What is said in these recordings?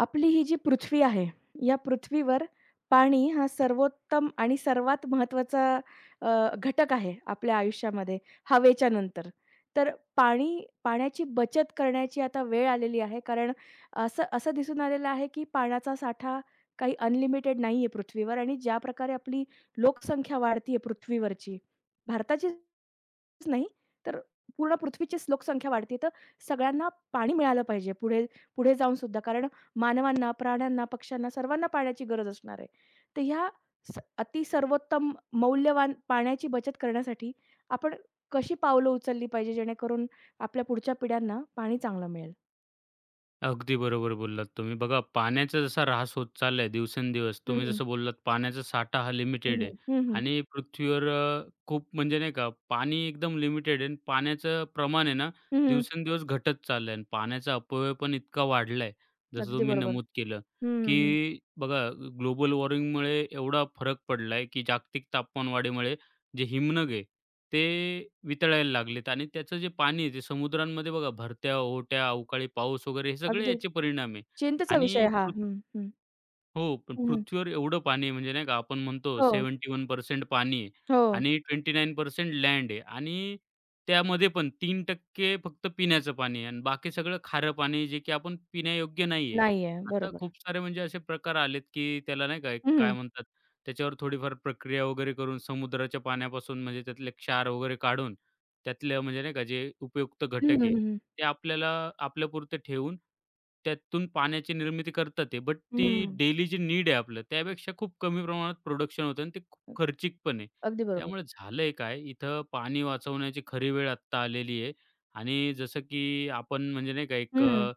आपली ही जी पृथ्वी आहे, या पृथ्वीवर पाणी हा सर्वोत्तम आणि सर्वात महत्त्वाचा अ, घटक आहे आपल्या आयुष्यामध्ये हवेच्या नंतर. तर पाणी पाण्याची बचत करण्याची आता वेळ आलेली आहे. कारण असं असं दिसून आलेलं आहे, की पाण्याचा साठा काही अनलिमिटेड नाही आहे पृथ्वीवर आणि ज्या प्रकारे आपली लोकसंख्या वाढती आहे पृथ्वीवरची, भारताचीच नाही तर पूर्ण पृथ्वीचीच लोकसंख्या वाढते. तर सगळ्यांना पाणी मिळालं पाहिजे पुढे पुढे जाऊनसुद्धा कारण मानवांना, प्राण्यांना, पक्ष्यांना सर्वांना पाण्याची गरज असणार आहे. तर ह्या अति सर्वोत्तम मौल्यवान पाण्याची बचत करण्यासाठी आपण कशी पावलं उचलली पाहिजे जेणेकरून आपल्या पुढच्या पिढ्यांना पाणी चांगलं मिळेल? अगदी बरोबर बोललात तुम्ही. बघा पाण्याचा जसा ऱ्हास होत चाललाय दिवसेंदिवस, हं, तुम्ही हं. जसं बोललात पाण्याचा साठा हा हं, लिमिटेड आहे हं. हं, हं. आणि पृथ्वीवर खूप म्हणजे नाही का पाणी एकदम लिमिटेड आहे आणि पाण्याचं प्रमाण आहे ना दिवसेंदिवस घटत चाललंय आणि पाण्याचा अपव्यय पण इतका वाढलाय, जसं अगदी तुम्ही बरोबर. नमूद केलं, हं, हं, हं. की बघा ग्लोबल वॉर्मिंगमुळे एवढा फरक पडलाय, की जागतिक तापमानवाढीमुळे जे हिमनग आहे ते वितळायला लागलेत आणि त्याचं जे पाणी आहे ते समुद्रांमध्ये बघा भरत्या, ओट्या अवकाळी पाऊस वगैरे हे सगळे अगदी याचे परिणाम आहे चिंतेचा आणि विषय हा. हं, हं. हो, पण हं, पृथ्वीवर एवढं पाणी आहे म्हणजे नाही का आपण म्हणतो हो, 71% पाणी आहे हो. आणि 29% लँड आहे आणि त्यामध्ये पण 3% फक्त पिण्याचं पाणी आहे आणि बाकी सगळं खारं पाणी आहे, जे की आपण पिण्यायोग्य नाही आहे. नाहीये. आता बरोबर. खूप सारे म्हणजे असे प्रकार आलेत, की त्याला नाही का एक हं, काय हं. म्हणतात, त्याच्यावर थोडीफार प्रक्रिया वगैरे करून समुद्राच्या पाण्यापासून म्हणजे त्यातले क्षार वगैरे काढून त्यातलं म्हणजे नाही का जे उपयुक्त हं, घटक आहे हं, ते आपल्याला आपल्यापुरते ठेवून त्यातून पाण्याची निर्मिती करतात आहे. बट ती डेली जी नीड आहे आपलं त्यापेक्षा खूप कमी प्रमाणात प्रोडक्शन होतं आणि ते खूप खर्चिक पण आहे. अगदी बरोबर. त्यामुळे झालंय काय, इथं पाणी वाचवण्याची खरी वेळ आत्ता आलेली आहे आणि जसं की आपण म्हणजे नाही का एक हं.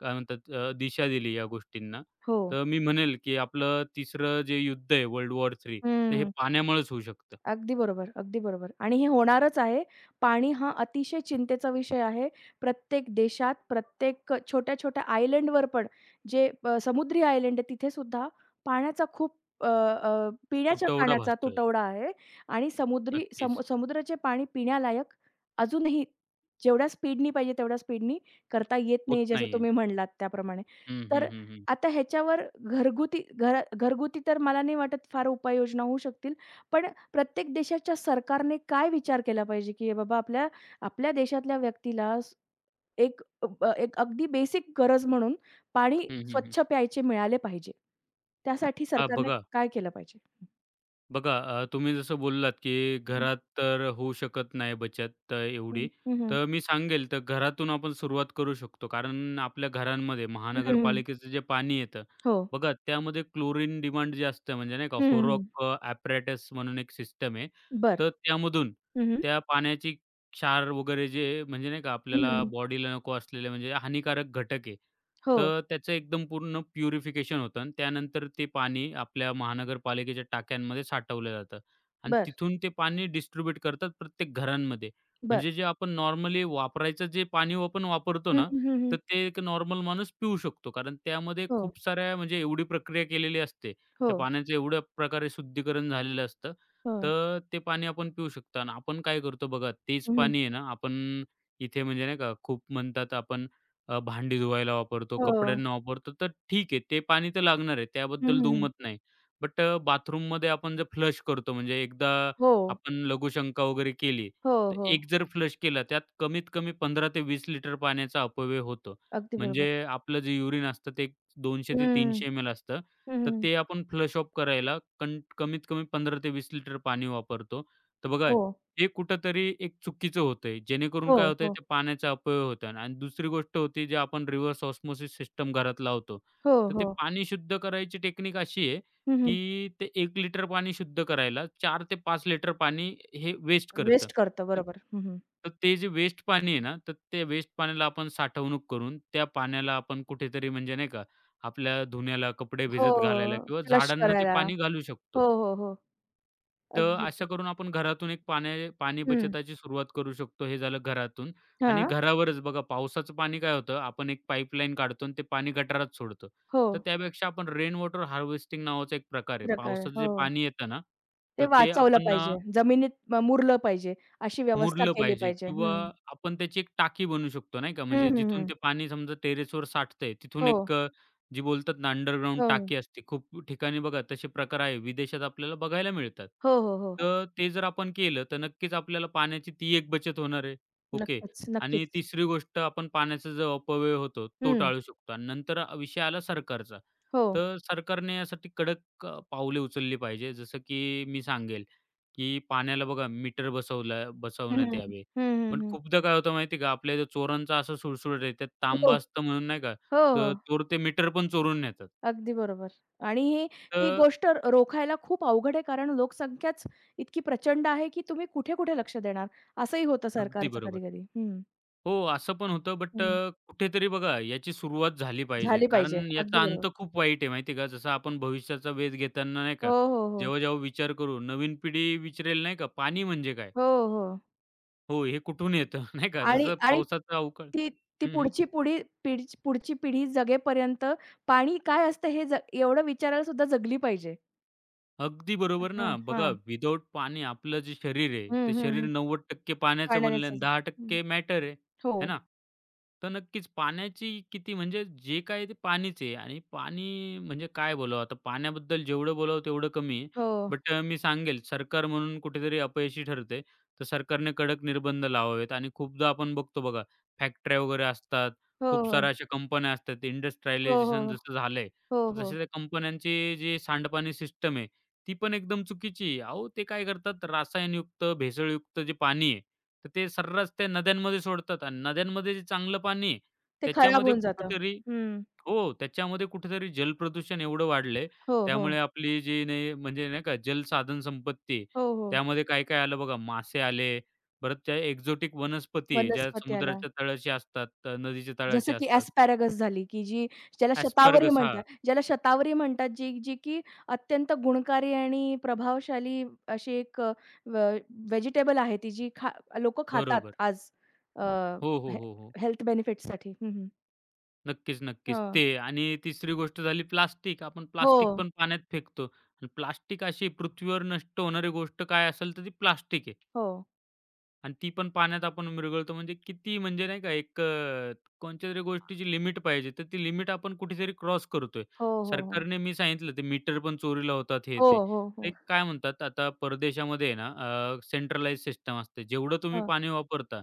काय म्हणतात दिशा दिली या गोष्टींना. हो. तर मी म्हणेल की आपलं तिसरं जे युद्ध आहे वर्ल्ड वॉर 3 तर हे हं. पाण्यामुळेच होऊ शकतं. अगदी बरोबर, अगदी बरोबर आणि हे होणारच आहे. पाणी हा अतिशय चिंतेचा विषय आहे. प्रत्येक देशात, प्रत्येक छोट्या-छोट्या आयलंडवर पण जे समुद्री आयलंड आहे तिथे सुद्धा पाण्याचा खूप अ, अ, पिण्याच्या तुटवडा पाण्याचा भासतोय. तुटवडा आहे आणि समुद्री नक्कीच. समुद्राचे पाणी पिण्यालायक अजूनही जेवढ्या स्पीडनी पाहिजे तेवढ्या स्पीडनी करता येत होत नाही, जसं नाहीये. तुम्ही म्हणलात त्याप्रमाणे. हं, हं, तर हं, हं. आता ह्याच्यावर घरगुती घरगुती तर मला नाही वाटत फार उपाययोजना होऊ शकतील. पण प्रत्येक देशाच्या सरकारने काय विचार केला पाहिजे, की हे बाबा आपल्या आपल्या देशातल्या व्यक्तीला एक अगदी बेसिक गरज म्हणून पाणी हं, हं, हं. स्वच्छ प्यायचे मिळाले पाहिजे. त्यासाठी सरकारने बघा काय केलं पाहिजे? बघा अ, तुम्ही जसं बोललात, की हं, घरात तर होऊ शकत नाही बचत हं. एवढी. हं, हं. तर मी सांगेल तर घरातून आपण सुरुवात करू शकतो. कारण आपल्या घरांमध्ये महानगरपालिकेचं जे पाणी येतं, हो. बघा त्यामध्ये क्लोरीन डिमांड जे असतं म्हणजे नाही का हं, हं, हं. होरॉक ॲपरेटस म्हणून एक सिस्टम आहे. बरं. तर त्यामधून हं, हं. त्या पाण्याची क्षार वगैरे जे म्हणजे नाही का हं, आपल्याला हं. बॉडीला नको असलेले म्हणजे हानिकारक घटक आहे. हो. तर त्याचं एकदम पूर्ण प्युरिफिकेशन होतं आणि त्यानंतर ते पाणी आपल्या महानगरपालिकेच्या टाक्यांमध्ये साठवलं जातं आणि बरं, तिथून ते पाणी डिस्ट्रीब्यूट करतात प्रत्येक घरांमध्ये. म्हणजे बरं. जे आपण नॉर्मली वापरायचं जे पाणी आपण वापरतो हं, ना, हं, हं, हं. तर ते एक नॉर्मल माणूस पिऊ शकतो. कारण त्यामध्ये हो, खूप साऱ्या म्हणजे एवढी प्रक्रिया केलेली असते. हो, त्या पाण्याचं एवढ्या प्रकारे शुद्धीकरण झालेलं असतं. हो. तर ते पाणी आपण पिऊ शकतो आणि आपण काय करतो बघा, तेच हं, हं. पाणी आहे ना आपण इथे म्हणजे नाही का खूप म्हणतात आपण भांडी धुवायला वापरतो, हो. कपड्यांना वापरतो, तर ठीक आहे ते पाणी तर लागणार आहे हं, हं, त्याबद्दल हं. दुमत नाही. बट बाथरूममध्ये आपण जर फ्लश करतो म्हणजे एकदा हो. आपण लघुशंका वगैरे केली, हो, तर हो. एक जर फ्लश केला त्यात कमीत कमी 15 ते 20 लिटर पाण्याचा अपव्यय होतो. अगदी म्हणजे बरोबर. आपलं जे युरिन असतं ते 200 ते हं. 300 एम-एल असतं. हं, तर हं. ते आपण फ्लश ऑफ करायला कमीत कमी 15 ते 20 लिटर पाणी वापरतो. तर बघा हो. हे कुठेतरी एक चुकीचं होतंय. जेणेकरून हो, काय होतंय हो. ते पाण्याचा अपव्यय होतोय आणि दुसरी गोष्ट होती जे आपण रिव्हर्स ऑस्मोसिस सिस्टम घरात लावतो. हो, तर ते हो. पाणी शुद्ध करायची टेक्निक अशी आहे, हं, हं. की ते 1 लिटर पाणी शुद्ध करायला 4 ते 5 लिटर पाणी हे वेस्ट करतं. वेस्ट करतो. तर बरोबर. हं, हं. तर ते जे वेस्ट पाणी आहे ना, तर ते वेस्ट पाण्याला आपण साठवणूक करून त्या पाण्याला आपण कुठेतरी म्हणजे नाही का, आपल्या धुण्याला, कपडे हो, भिजत घालायला किंवा फ्लश झाडांना ते करायला. पाणी घालू शकतो. हो, हो, हो. तर अगदी. असं करून आपण घरातून एक पाणी हं. बचताची सुरुवात करू शकतो. हे झालं घरातून आणि हां. घरावरच बघा पावसाचं पाणी काय होतं, आपण एक पाईपलाईन काढतो आणि ते पाणी गटारात सोडतो. हो. तर त्यापेक्षा आपण रेन वॉटर हार्वेस्टिंग नावाचा एक प्रकार आहे. प्रकार पावसाचं जे हो. पाणी येतं ना, ते तर ते वाचवलं आपण पाहिजे. जमिनीत मुरलं पाहिजे. अशी व्यवस्था मुरलं केली पाहिजे पाहिजे. किंवा हं. आपण त्याची एक टाकी बनवू शकतो नाही का. हं, म्हणजे हं, जिथून हं. ते पाणी समजा टेरेसवर साठतंय तिथून हो, एक जी बोलतात ना अंडरग्राऊंड हो, टाकी असते. खूप ठिकाणी बघा तसे प्रकार आहे. विदेशात आपल्याला बघायला मिळतात. हो, हो, हो. तर ते जर आपण केलं तर नक्कीच आपल्याला पाण्याची ती एक बचत होणार आहे. ओके. नक्कीच, आणि नक्कीच. तिसरी गोष्ट आपण पाण्याचा जो अपव्यय होतो तो हं. टाळू शकतो आणि नंतर विषय आला सरकारचा. हो. तर सरकारने यासाठी कडक पावले उचलली पाहिजे. जसं की मी सांगेल की पाण्याला बघा मीटर हं, हं. बसवण्यात यावे. हं, पण हं, हं. खूपदा काय होतं माहिती आहे का, आपल्या इथं चोरांचा असा सुळसुळाट आहे, त्यात हो. तांबा हो, असतं म्हणून नाही का, हो. तर चोर ते मीटर पण चोरून नेतात. अगदी बरोबर. आणि हे ही तर गोष्ट रोखायला खूप अवघड आहे, कारण लोकसंख्याच इतकी प्रचंड आहे, की तुम्ही कुठे-कुठे लक्ष देणार? असंही होतं अगदी सरकारचं बरोबर. कधी-कधी. हं, हो, असं पण होतं बट हं. कुठेतरी बघा याची सुरुवात झाली पाहिजे. झाली कारण पाहिजे. अगदी याचा बरोबर. अंत खूप वाईट आहे माहिती का. जसं आपण भविष्याचा वेध घेताना नाही का, हो, हो, हो. जेव्हा-जेव्हा विचार करू, नवीन पिढी विचारेल नाही का, "पाणी म्हणजे काय? हो, हो. हो, हे कुठून येतं?" नाही का, आणि जसं आणि पावसाचा अवकाळ ती ती पुढची पिढी जगेपर्यंत पाणी काय असतं हे एवढं विचारायला सुद्धा जगली पाहिजे. अगदी बरोबर हां, ना. बघा हां. विदाऊट पाणी आपलं जे शरीर आहे, हं, ते हं, शरीर हं. 90% पाण्याचं बनलं पाण्यानेच आणि हं. 10% मॅटर आहे. हो. है ना? तर नक्कीच पाण्याची किती म्हणजे जे काय ते पाणीच आहे आणि पाणी म्हणजे काय बोलावं आता पाण्याबद्दल जेवढं बोलावं तेवढं कमी आहे. हो. बट मी सांगेल सरकार म्हणून कुठेतरी अपयशी ठरते. तर सरकारने कडक निर्बंध लावावेत आणि खूपदा आपण बघतो बघा फॅक्टऱ्या वगैरे असतात. हो, खूप हो. साऱ्या अशा कंपन्या असतात. हो, हो, इंडस्ट्रियलायझेशन हो. जसं झालंय, हो, तर हो. तशा त्या कंपन्यांची जी सांडपाणी सिस्टम आहे ती पण एकदम चुकीची आहे. अहो, ते काय करतात रसायनयुक्त, भेसळयुक्त जे पाणी आहे, तर ते सर्रास त्या नद्यांमध्ये सोडतात आणि नद्यांमध्ये जे चांगलं पाणी आहे, ते खराब त्याच्यामध्ये होऊन जातं. कुठेतरी हं. हो, त्याच्यामध्ये कुठेतरी जलप्रदूषण एवढं वाढलंय. हो, हो. त्यामुळे आपली जी नाही म्हणजे नाही का जलसाधन संपत्ती आहे, हो, हो. त्यामध्ये काय काय आलं बघा, मासे आले, परत त्या एक्झोटिक वनस्पती आहे, ज्या वनस्पती आला. समुद्राच्या तळाशी असतात, नदीच्या जसं तळाशी की असतात. एस्पॅरागस झाली, की जी ज्याला शतावरी एस्परगस म्हणतात. हां, ज्याला शतावरी म्हणतात, जी जी की अत्यंत गुणकारी आणि प्रभावशाली अशी एक अ, व व्हेजिटेबल आहे ती जी लोकं बरोबर. खातात आज अ, हो, हो, हे हो, हो. हेल्थ बेनिफिट्ससाठी. हं, हं. नक्कीच, नक्कीच. हं. ते आणि तिसरी गोष्ट झाली प्लास्टिक. आपण हो, प्लास्टिक पण पाण्यात फेकतो आणि प्लास्टिक अशी पृथ्वीवर नष्ट होणारी गोष्ट काय असेल तर ती प्लास्टिक आहे. हो, आणि ती पण पाण्यात आपण विरघळतो म्हणजे किती म्हणजे नाही का एक कोणत्यातरी गोष्टीची लिमिट पाहिजे. तर ती लिमिट आपण कुठेतरी क्रॉस करतोय. हो, हो, हो. सरकारने मी सांगितलं ते मीटर पण चोरीला होतात हे हो, ते. हो, ते हो. काय म्हणतात आता परदेशामध्ये आहे ना सेंट्रलाइज सिस्टम असते. जेवढं तुम्ही हं. पाणी वापरता,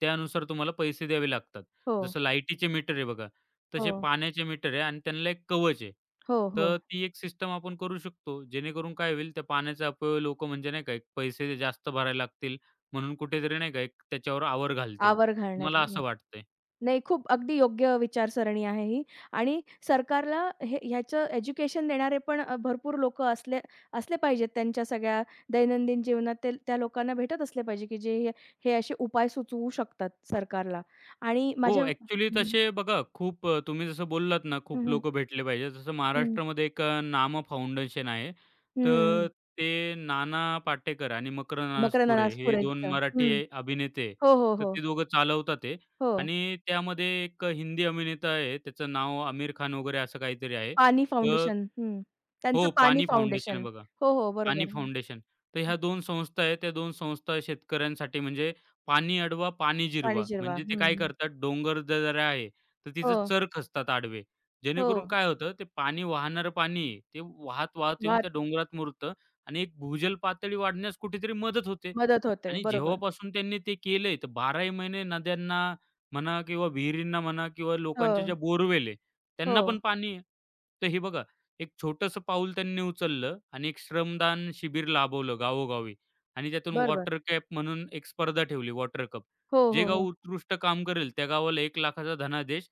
त्यानुसार तुम्हाला पैसे द्यावे लागतात. हो, जसं लाईटीचे मीटर आहे बघा, हो, तसे पाण्याचे मीटर आहे आणि त्यांना एक कवच आहे. हो, हो. तर ती एक सिस्टम आपण करू शकतो. जेणेकरून काय होईल त्या पाण्याचा अपव्यय लोकं म्हणजे नाही का एक पैसे जास्त भरायला लागतील म्हणून कुठेतरी नाही का एक त्याच्यावर आवर घालतील. आवर घालण्यात मला असं वाटतंय. नाही, खूप अगदी योग्य विचारसरणी आहे ही आणि सरकारला हे ह्याचं एज्युकेशन देणारे पण भरपूर लोकं असले असले पाहिजेत. त्यांच्या सगळ्या दैनंदिन जीवनात ते त्या लोकांना भेटत असले पाहिजे, की जे हे हे असे उपाय सुचवू शकतात सरकारला आणि हो, माझ्या ॲक्चुअली तसे बघा खूप तुम्ही जसं बोललात ना, हं, खूप हं, लोकं भेटले पाहिजे. जसं हं, महाराष्ट्रामध्ये एक नामा फाउंडेशन आहे. तर हं. ते नाना पाटेकर आणि मकरंद मकरंद अनासपुरे हे दोन अनासपुरेचं. हं. मराठी अभिनेते, हो, हो, तर हो. ते दोघं चालवतात आहे हो. आणि त्यामध्ये एक हिंदी अभिनेता आहे त्याचं नाव आमिर खान वगैरे असं काहीतरी आहे. पानी तर फाउंडेशन. हं. त्यांचं हो, पानी पानी फाउंडेशन फाउंडेशन. आहे बघा. हो, हो. पाणी बरोबर. हं. फाउंडेशन. तर ह्या 2 संस्था आहेत. त्या 2 संस्था शेतकऱ्यांसाठी म्हणजे पाणी अडवा, पाणी पाणी जिरवा. जिरवा. म्हणजे ते हं. काय करतात, डोंगर जरा आहे, तर हो, तिथं चर खचतात आडवे. हो. जेणेकरून काय होतं, ते पाणी वाहणारं पाणी आहे, ते वाहत, वाहत येऊन वाह! त्या डोंगरात मुरतं आणि एक भूजल पातळी वाढण्यास कुठेतरी मदत होते. मदत होते. आणि बरोबर. जेव्हापासून त्यांनी ते केलंय, तर 12ही महिने नद्यांना म्हणा किंवा विहिरींना म्हणा किंवा हो, लोकांच्या ज्या बोअरवेल आहे, हो. त्यांना पण पाणी आहे. तर हे बघा, एक छोटंसं पाऊल त्यांनी उचललं आणि एक श्रमदान शिबिर लाभवलं गावोगावी आणि त्यातून बरोबर. वॉटर कॅप म्हणून एक स्पर्धा ठेवली वॉटर कप. हो, जे हो, गाव हो. उत्कृष्ट काम करेल, त्या गावाला 1,00,000चा धनादेश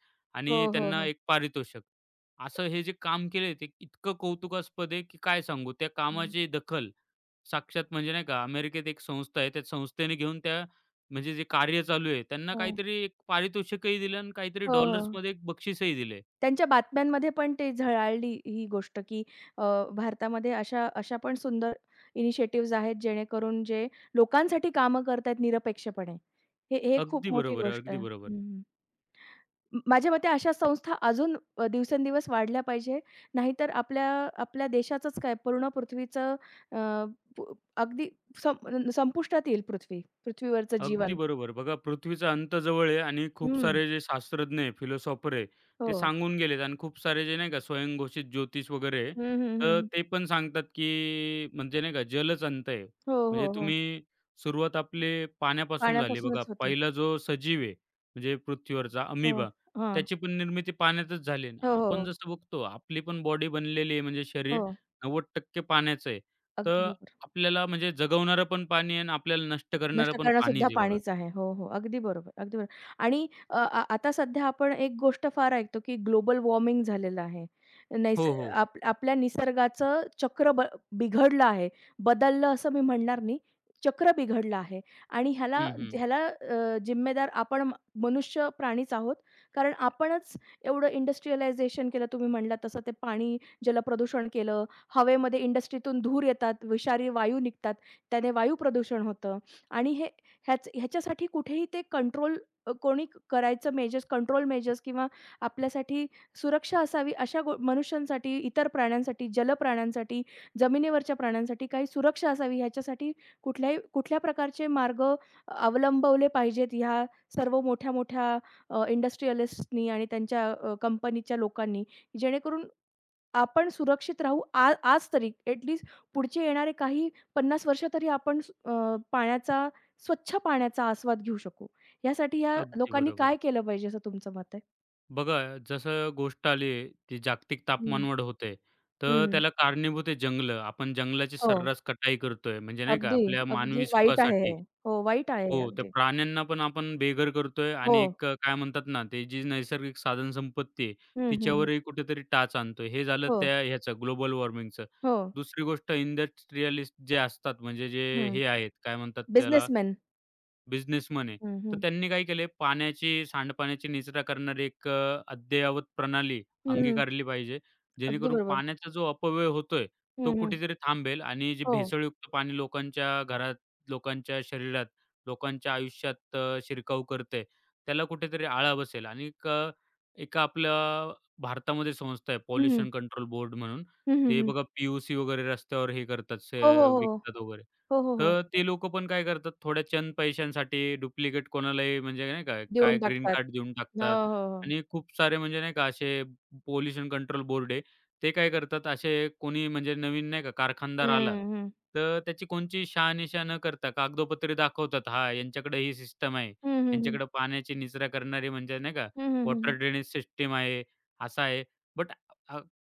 हो, आणि हो, त्यांना हो. एक पारितोषिक. असं हे जे काम केलंय, ते इतकं कौतुकास्पद आहे की काय सांगू. त्या हं. कामाची दखल साक्षात म्हणजे नाही का अमेरिकेत एक संस्था आहे. त्या संस्थेने घेऊन त्या म्हणजे जे कार्य चालू आहे त्यांना हो, काहीतरी एक पारितोषिकही दिलं आणि काहीतरी हो, हो. डॉलर्समध्ये एक बक्षीसही दिले. त्यांच्या बातम्यांमध्ये पण ते झळाळली ही गोष्ट, की अ, भारतामध्ये अशा अशा पण सुंदर इनिशिएटिव्हज आहेत, जेणेकरून जे लोकांसाठी कामं करतायत निरपेक्षपणे. हे हे अगदी खूप मोठी बरोबर आहे. गोष्ट आहे. अगदी हं, बरोबर. हं. माझ्या मते अशा संस्था अजून दिवसेंदिवस वाढल्या पाहिजे. नाहीतर आपल्या आपल्या देशाचंच काय पूर्ण पृथ्वीचं अ, प अगदी संपुष्टात येईल पृथ्वीवरचं अगदी जीवन. बरोबर. बघा पृथ्वीचा अंत जवळ आहे आणि खूप हं. सारे जे शास्त्रज्ञ आहे, फिलोसॉफर आहे, हो. ते सांगून गेलेत आणि खूप सारे जे नाही का स्वयंघोषित ज्योतिष वगैरे आहे, हं, हं, तर हं. ते पण सांगतात, की म्हणजे नाही का जलच अंत आहे. हो, म्हणजे हो, हो. तुम्ही सुरुवात आपले पाण्यापासून झाली बघा. पाण्यापासूनच होते. पहिला जो सजीव आहे, म्हणजे पृथ्वीवरचा हो. अमिबा, हां. त्याची पण निर्मिती पाण्यातच झाली. आणि हो, हो, आपण हो. जसं बघतो आपली पण बॉडी बनलेली आहे म्हणजे शरीर हो. 90% पाण्याचं आहे. अगदी तर बरोबर. आपल्याला म्हणजे जगवणारं पण पाणी आहे आणि आपल्याला नष्ट करणारं नष्ट पण करणंसुद्धा पाणीच आहे बघा. पाणीच आहे. हो, हो. अगदी बरोबर, अगदी बरोबर. आणि अ, आ आता सध्या आपण एक गोष्ट फार ऐकतो, की ग्लोबल वॉर्मिंग झालेलं आहे. नैस हो, हो. आप आपल्या निसर्गाचं चक्र बिघडलं आहे. बदललं असं मी म्हणणार नाही. चक्र बिघडलं आहे आणि ह्याला हं, हं. ह्याला अ, जिम्मेदार आपण मनुष्य प्राणीच आहोत. कारण आपणच एवढं इंडस्ट्रियलायझेशन केलं तुम्ही म्हणलात तसं ते पाणी जलप्रदूषण केलं. हवेमध्ये इंडस्ट्रीतून धूर येतात, विषारी वायू निघतात. त्याने वायू प्रदूषण होतं. आणि हे ह्याच ह्याच्यासाठी कुठेही ते कंट्रोल कोणी करायचं मेजर्स कंट्रोल मेजर्स किंवा आपल्यासाठी सुरक्षा असावी अशा मनुष्यांसाठी, इतर प्राण्यांसाठी, जलप्राण्यांसाठी, जमिनीवरच्या प्राण्यांसाठी काही सुरक्षा असावी ह्याच्यासाठी कुठल्या प्रकारचे मार्ग अवलंबवले पाहिजेत ह्या सर्व मोठ्या-मोठ्या इंडस्ट्रियलिस्टनी आणि त्यांच्या कंपनीच्या लोकांनी. जेणेकरून आपण सुरक्षित राहू आज तरी ॲटलीस्ट पुढचे येणारे काही 50 वर्ष तरी आपण पाण्याचा स्वच्छ पाण्याचा आस्वाद घेऊ शकू. यासाठी या अगदी लोकांनी बरोबर. काय केलं पाहिजे असं तुमचं मत आहे? बघा जसं गोष्ट आली आहे, ती जागतिक हं. तापमानवाढ होते. तर हं. त्याला कारणीभूत आहे जंगलं. आपण जंगलाची हो. सर्रास कटाई करतोय म्हणजे नाही का अगदी, आपल्या अगदी मानवी वाईट आहे हे. सुखासाठी. हो, वाईट आहे हे हो, त्या अगदी. प्राण्यांना पण आपण बेघर करतोय हो. आणि एक काय म्हणतात ना, ते जी नैसर्गिक साधनसंपत्ती आहे, हं, हं, तिच्यावरही कुठेतरी टाच आणतोय. हे झालं हो. त्या ह्याचं ग्लोबल वॉर्मिंगचं. हो. दुसरी गोष्ट इंडस्ट्रियलिस्ट जे असतात म्हणजे जे हं. हे आहेत, काय म्हणतात त्याला बिझनेसमॅन. बिझनेसमन आहे. तर हं. त्यांनी काय केले पाण्याची, सांडपाण्याची निचरा करणारी एक अद्ययावत प्रणाली हं, हं. अंगीकारली पाहिजे. अगदी जेणेकरून बरोबर. पाण्याचा जो अपव्यय होतोय, तो हं, हं. कुठेतरी थांबेल आणि जे हो. भेसळयुक्त पाणी लोकांच्या घरात, लोकांच्या शरीरात, लोकांच्या आयुष्यात शिरकाव करतंय, त्याला कुठेतरी आळा बसेल. आणि एक आपल्या भारतामध्ये संस्था आहे हं, हं. पॉल्युशन कंट्रोल बोर्ड म्हणून. हं, हं, ते हं. बघा वगैरे रस्त्यावर हे करतात, हो, हो, हो, हो. विकतात वगैरे. हो, हो, तर हो. ते लोकं पण काय करतात थोड्या चंद पैशांसाठी डुप्लिकेट कोणालाही म्हणजे नाही का, देऊन काय ग्रीन टाकतात. कार्ड देऊन हो, टाकतात हो, हो. आणि खूप सारे म्हणजे नाही का असे पोल्युशन कंट्रोल बोर्ड आहे. ते काय करतात असे कोणी म्हणजे नवीन नाही का कारखानदार आला, हं, हं. तर त्याची कोणची शहानिशा न करता कागदोपत्री दाखवतात, "हां, यांच्याकडे ही सिस्टम आहे. हं, हं, हं. यांच्याकडे पाण्याची निचरा करणारी म्हणजे नाही का हं, हं, वॉटर हं. ड्रेनेज सिस्टम आहे, असा आहे." बट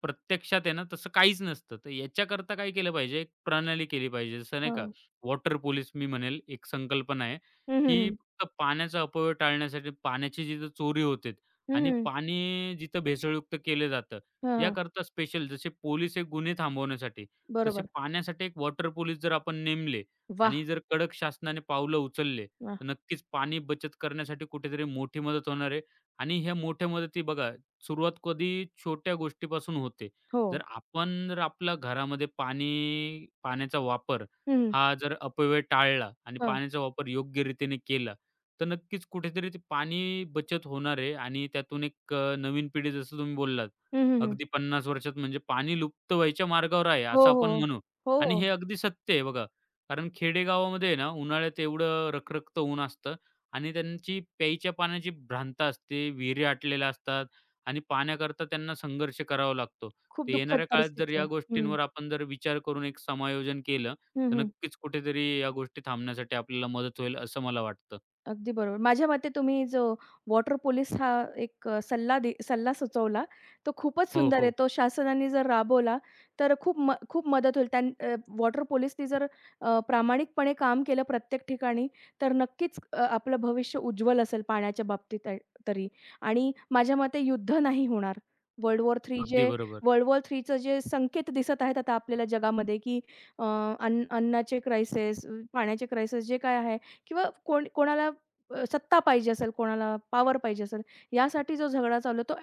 प्रत्यक्षात आहे ना तसं काहीच नसतं. तर याच्याकरता काय केलं पाहिजे, एक प्रणाली केली पाहिजे. जसं नाही हो. का वॉटर पोलीस मी म्हणेल एक संकल्पना आहे, हं, हं, की हं. फक्त पाण्याचा अपव्यय टाळण्यासाठी पाण्याची जिथं चोरी होते हं, आणि हं. पाणी जिथं भेसळयुक्त केलं जातं, हां, हां. याकरता स्पेशल जसे पोलीस हे गुन्हे थांबवण्यासाठी, तसे बरोबर. पाण्यासाठी एक वॉटर पोलीस जर आपण नेमले वाह! आणि जर कडक शासनाने पावलं उचलले, वाह! तर नक्कीच पाणी बचत करण्यासाठी कुठेतरी मोठी मदत होणार आहे आणि ह्या मोठ्या मदती बघा, सुरुवात कधी छोट्या गोष्टीपासून होते. हो. जर आपण आपल्या घरामध्ये पाण्याचा वापर हं, हं. हा जर अपव्यय टाळला आणि हां. पाण्याचा वापर योग्य रीतीने केला, तर नक्कीच कुठेतरी ते पाणी बचत होणार आहे आणि त्यातून एक नवीन पिढी जसं तुम्ही बोललात, हं, हं, हं. अगदी 50 वर्षात म्हणजे पाणी लुप्त व्हायच्या मार्गावर आहे हो, असं आपण हो. म्हणू हो, आणि हो. हे अगदी सत्य आहे बघा. कारण खेडेगावामध्ये आहे ना, उन्हाळ्यात एवढं रखरखतं ऊन असतं आणि त्यांची प्यायच्या पाण्याची भ्रांत असते, विहिरी आटलेल्या असतात आणि पाण्याकरता त्यांना संघर्ष करावा लागतो. खूप तर दुःखद येणाऱ्या काळात जर परिस्थिती या आहे. हं. गोष्टींवर आपण जर विचार करून एक समायोजन केलं हं, तर हं. नक्कीच कुठेतरी या गोष्टी थांबण्यासाठी आपल्याला मदत होईल असं मला वाटतं. अगदी बरोबर. माझ्या मते तुम्ही जो वॉटर पोलीस हा एक अ, सल्ला दे सल्ला सुचवला, तो खूपच हो, सुंदर आहे. हो. तो शासनाने जर राबवला, तर खूप खूप मदत होईल. वॉटर पोलीसनी जर प्रामाणिकपणे काम केलं प्रत्येक ठिकाणी, तर नक्कीच आपलं भविष्य उज्ज्वल असेल पाण्याच्या बाबतीत तरी. आणि माझ्या मते युद्ध नाही होणार. वर्ल्ड वॉर III जे अगदी बरोबर. वर्ल्ड वॉर IIIचं जे संकेत दिसत आहेत आता आपल्याला जगामध्ये, की अ, अन्न अन्नाचे क्रायसिस, पाण्याचे क्रायसिस जे काय आहे किंवा कोण कोणाला सत्ता पाहिजे असेल कोणाला, पॉवर पाहिजे असेल, यासाठी जो झगडा चालू आहे, तो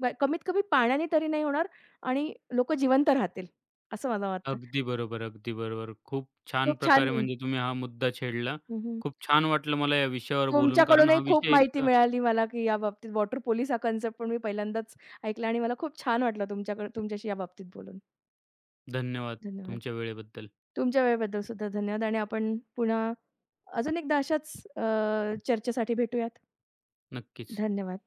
कमीत कमी पाण्याने तरी नाही होणार आणि लोकं जिवंत राहतील, असं मला वाटतं. अगदी बरोबर, अगदी बरोबर. खूप छान खूप छान प्रकारे म्हणजे तुम्ही हा मुद्दा छेडला. हं, हं. खूप छान वाटलं मला या विषयावर बोलून कारण तुमच्याकडूनही हा खूप विषय माहिती इतका मिळाली मला, की याबाबतीत वॉटर पोलिस हा कन्सेप्ट पण मी पहिल्यांदाच ऐकला आणि मला खूप छान वाटलं तुमच्याकडे तुमच्याशी याबाबतीत बोलून. धन्यवाद धन्यवाद. तुमच्या वेळेबद्दल. तुमच्या वेळेबद्दल सुद्धा धन्यवाद आणि आपण पुन्हा अजून एकदा अशाच चर्चेसाठी भेटूयात. नक्कीच. धन्यवाद.